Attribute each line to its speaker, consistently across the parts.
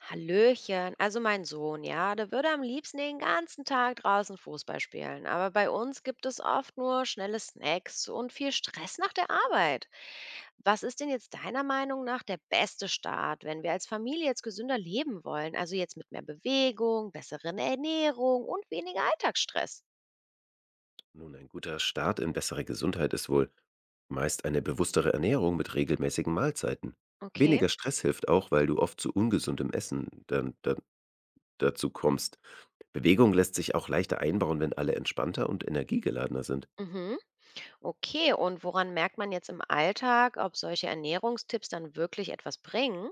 Speaker 1: Hallöchen, also mein Sohn, ja, der würde am liebsten den ganzen Tag draußen Fußball spielen, aber bei uns gibt es oft nur schnelle Snacks und viel Stress nach der Arbeit. Was ist denn jetzt deiner Meinung nach der beste Start, wenn wir als Familie jetzt gesünder leben wollen, also jetzt mit mehr Bewegung, besseren Ernährung und weniger Alltagsstress?
Speaker 2: Nun, ein guter Start in bessere Gesundheit ist wohl meist eine bewusstere Ernährung mit regelmäßigen Mahlzeiten.
Speaker 1: Okay.
Speaker 2: Weniger Stress hilft auch, weil du oft zu ungesundem Essen dann dazu kommst. Bewegung lässt sich auch leichter einbauen, wenn alle entspannter und energiegeladener sind.
Speaker 1: Mhm. Okay, und woran merkt man jetzt im Alltag, ob solche Ernährungstipps dann wirklich etwas bringen?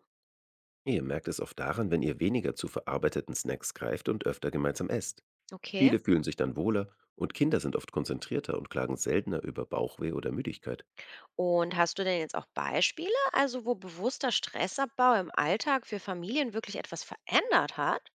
Speaker 2: Ihr merkt es oft daran, wenn ihr weniger zu verarbeiteten Snacks greift und öfter gemeinsam esst.
Speaker 1: Okay.
Speaker 2: Viele fühlen sich dann wohler und Kinder sind oft konzentrierter und klagen seltener über Bauchweh oder Müdigkeit.
Speaker 1: Und hast du denn jetzt auch Beispiele, also wo bewusster Stressabbau im Alltag für Familien wirklich etwas verändert hat?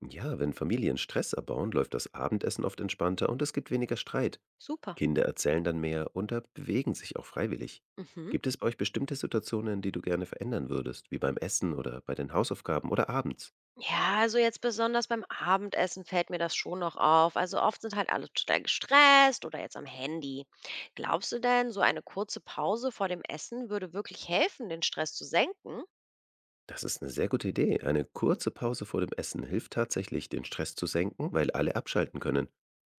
Speaker 2: Ja, wenn Familien Stress erbauen, läuft das Abendessen oft entspannter und es gibt weniger Streit.
Speaker 1: Super.
Speaker 2: Kinder erzählen dann mehr und da bewegen sich auch freiwillig.
Speaker 1: Mhm.
Speaker 2: Gibt es bei euch bestimmte Situationen, die du gerne verändern würdest, wie beim Essen oder bei den Hausaufgaben oder abends?
Speaker 1: Ja, also jetzt besonders beim Abendessen fällt mir das schon noch auf. Also oft sind halt alle total gestresst oder jetzt am Handy. Glaubst du denn, so eine kurze Pause vor dem Essen würde wirklich helfen, den Stress zu senken?
Speaker 2: Das ist eine sehr gute Idee. Eine kurze Pause vor dem Essen hilft tatsächlich, den Stress zu senken, weil alle abschalten können.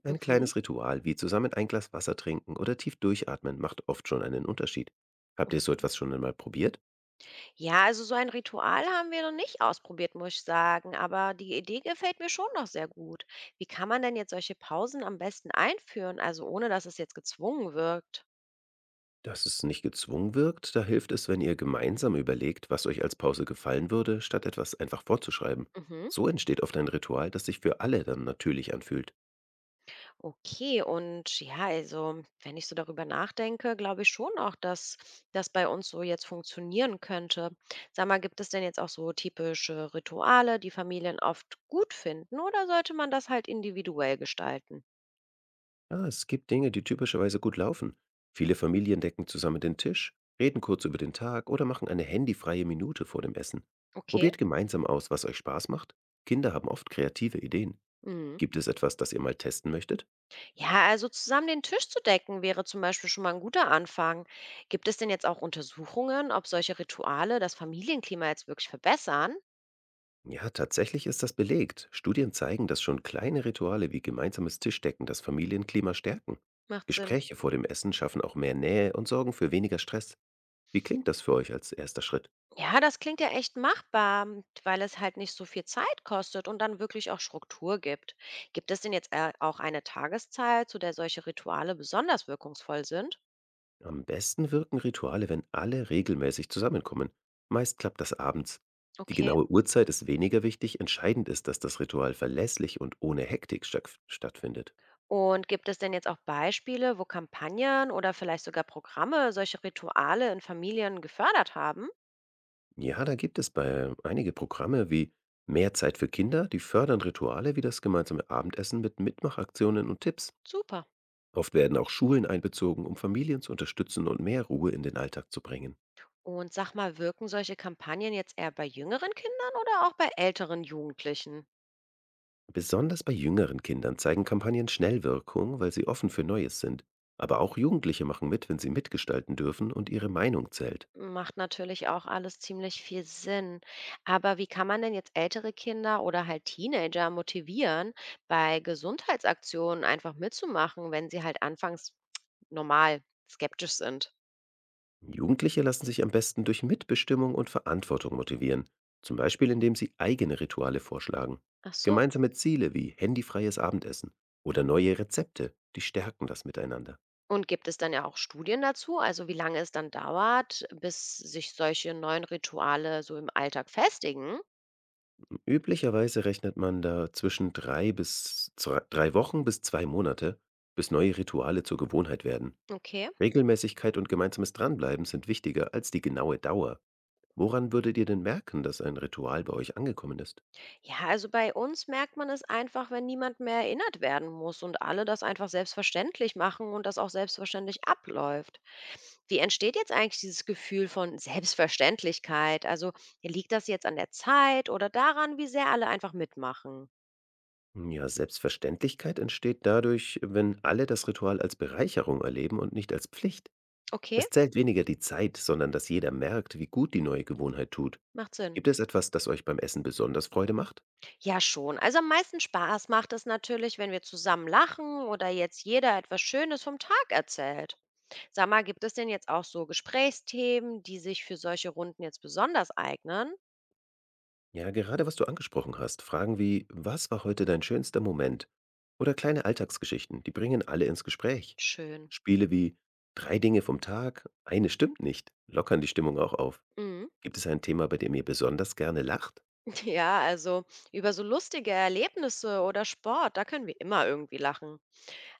Speaker 2: Ein
Speaker 1: Mhm.
Speaker 2: kleines Ritual wie zusammen ein Glas Wasser trinken oder tief durchatmen macht oft schon einen Unterschied. Habt ihr so
Speaker 1: Okay.
Speaker 2: etwas schon einmal probiert?
Speaker 1: Ja, also so ein Ritual haben wir noch nicht ausprobiert, muss ich sagen, aber die Idee gefällt mir schon noch sehr gut. Wie kann man denn jetzt solche Pausen am besten einführen, also ohne dass es jetzt gezwungen wirkt?
Speaker 2: Dass es nicht gezwungen wirkt, da hilft es, wenn ihr gemeinsam überlegt, was euch als Pause gefallen würde, statt etwas einfach vorzuschreiben.
Speaker 1: Mhm.
Speaker 2: So entsteht oft ein Ritual, das sich für alle dann natürlich anfühlt.
Speaker 1: Okay, und ja, also wenn ich so darüber nachdenke, glaube ich schon auch, dass das bei uns so jetzt funktionieren könnte. Sag mal, gibt es denn jetzt auch so typische Rituale, die Familien oft gut finden, oder sollte man das halt individuell gestalten?
Speaker 2: Ja, es gibt Dinge, die typischerweise gut laufen. Viele Familien decken zusammen den Tisch, reden kurz über den Tag oder machen eine handyfreie Minute vor dem Essen.
Speaker 1: Okay.
Speaker 2: Probiert gemeinsam aus, was euch Spaß macht. Kinder haben oft kreative Ideen.
Speaker 1: Mhm.
Speaker 2: Gibt es etwas, das ihr mal testen möchtet?
Speaker 1: Ja, also zusammen den Tisch zu decken wäre zum Beispiel schon mal ein guter Anfang. Gibt es denn jetzt auch Untersuchungen, ob solche Rituale das Familienklima jetzt wirklich verbessern?
Speaker 2: Ja, tatsächlich ist das belegt. Studien zeigen, dass schon kleine Rituale wie gemeinsames Tischdecken das Familienklima stärken.
Speaker 1: Macht Sinn.
Speaker 2: Gespräche vor dem Essen schaffen auch mehr Nähe und sorgen für weniger Stress. Wie klingt das für euch als erster Schritt?
Speaker 1: Ja, das klingt ja echt machbar, weil es halt nicht so viel Zeit kostet und dann wirklich auch Struktur gibt. Gibt es denn jetzt auch eine Tageszeit, zu der solche Rituale besonders wirkungsvoll sind?
Speaker 2: Am besten wirken Rituale, wenn alle regelmäßig zusammenkommen. Meist klappt das abends. Die
Speaker 1: Okay.
Speaker 2: genaue Uhrzeit ist weniger wichtig, entscheidend ist, dass das Ritual verlässlich und ohne Hektik stattfindet.
Speaker 1: Und gibt es denn jetzt auch Beispiele, wo Kampagnen oder vielleicht sogar Programme solche Rituale in Familien gefördert haben?
Speaker 2: Ja, da gibt es bei einige Programme wie Mehr Zeit für Kinder, die fördern Rituale wie das gemeinsame Abendessen mit Mitmachaktionen und Tipps.
Speaker 1: Super.
Speaker 2: Oft werden auch Schulen einbezogen, um Familien zu unterstützen und mehr Ruhe in den Alltag zu bringen.
Speaker 1: Und sag mal, wirken solche Kampagnen jetzt eher bei jüngeren Kindern oder auch bei älteren Jugendlichen?
Speaker 2: Besonders bei jüngeren Kindern zeigen Kampagnen schnell Wirkung, weil sie offen für Neues sind. Aber auch Jugendliche machen mit, wenn sie mitgestalten dürfen und ihre Meinung zählt.
Speaker 1: Macht natürlich auch alles ziemlich viel Sinn. Aber wie kann man denn jetzt ältere Kinder oder halt Teenager motivieren, bei Gesundheitsaktionen einfach mitzumachen, wenn sie halt anfangs normal skeptisch sind?
Speaker 2: Jugendliche lassen sich am besten durch Mitbestimmung und Verantwortung motivieren, zum Beispiel indem sie eigene Rituale vorschlagen.
Speaker 1: Ach so.
Speaker 2: Gemeinsame Ziele wie handyfreies Abendessen oder neue Rezepte, die stärken das Miteinander.
Speaker 1: Und gibt es dann ja auch Studien dazu, also wie lange es dann dauert, bis sich solche neuen Rituale so im Alltag festigen?
Speaker 2: Üblicherweise rechnet man da zwischen 3 Wochen bis 2 Monate, bis neue Rituale zur Gewohnheit werden.
Speaker 1: Okay.
Speaker 2: Regelmäßigkeit und gemeinsames Dranbleiben sind wichtiger als die genaue Dauer. Woran würdet ihr denn merken, dass ein Ritual bei euch angekommen ist?
Speaker 1: Ja, also bei uns merkt man es einfach, wenn niemand mehr erinnert werden muss und alle das einfach selbstverständlich machen und das auch selbstverständlich abläuft. Wie entsteht jetzt eigentlich dieses Gefühl von Selbstverständlichkeit? Also liegt das jetzt an der Zeit oder daran, wie sehr alle einfach mitmachen?
Speaker 2: Ja, Selbstverständlichkeit entsteht dadurch, wenn alle das Ritual als Bereicherung erleben und nicht als Pflicht.
Speaker 1: Okay,
Speaker 2: Es zählt weniger die Zeit, sondern dass jeder merkt, wie gut die neue Gewohnheit tut.
Speaker 1: macht Sinn.
Speaker 2: Gibt es etwas, das euch beim Essen besonders Freude macht?
Speaker 1: Ja, schon. Also am meisten Spaß macht es natürlich, wenn wir zusammen lachen oder jetzt jeder etwas Schönes vom Tag erzählt. Sag mal, gibt es denn jetzt auch so Gesprächsthemen, die sich für solche Runden jetzt besonders eignen?
Speaker 2: Ja, gerade was du angesprochen hast, Fragen wie, was war heute dein schönster Moment? Oder kleine Alltagsgeschichten, die bringen alle ins Gespräch.
Speaker 1: Schön.
Speaker 2: Spiele wie drei Dinge vom Tag, eine stimmt nicht, lockern die Stimmung auch auf.
Speaker 1: Mhm.
Speaker 2: Gibt es ein Thema, bei dem ihr besonders gerne lacht?
Speaker 1: Ja, also über so lustige Erlebnisse oder Sport, da können wir immer irgendwie lachen.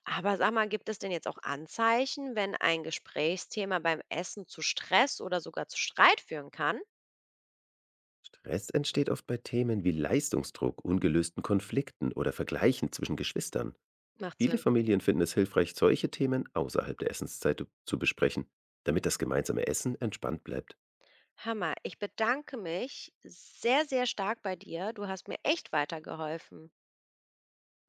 Speaker 1: Aber sag mal, gibt es denn jetzt auch Anzeichen, wenn ein Gesprächsthema beim Essen zu Stress oder sogar zu Streit führen kann?
Speaker 2: Stress entsteht oft bei Themen wie Leistungsdruck, ungelösten Konflikten oder Vergleichen zwischen Geschwistern.
Speaker 1: Macht Sinn.
Speaker 2: Viele Familien finden es hilfreich, solche Themen außerhalb der Essenszeit zu besprechen, damit das gemeinsame Essen entspannt bleibt.
Speaker 1: Hammer, ich bedanke mich sehr, sehr stark bei dir. Du hast mir echt weitergeholfen.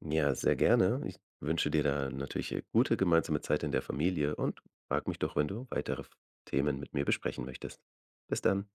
Speaker 2: Ja, sehr gerne. Ich wünsche dir da natürlich eine gute gemeinsame Zeit in der Familie und frag mich doch, wenn du weitere Themen mit mir besprechen möchtest. Bis dann.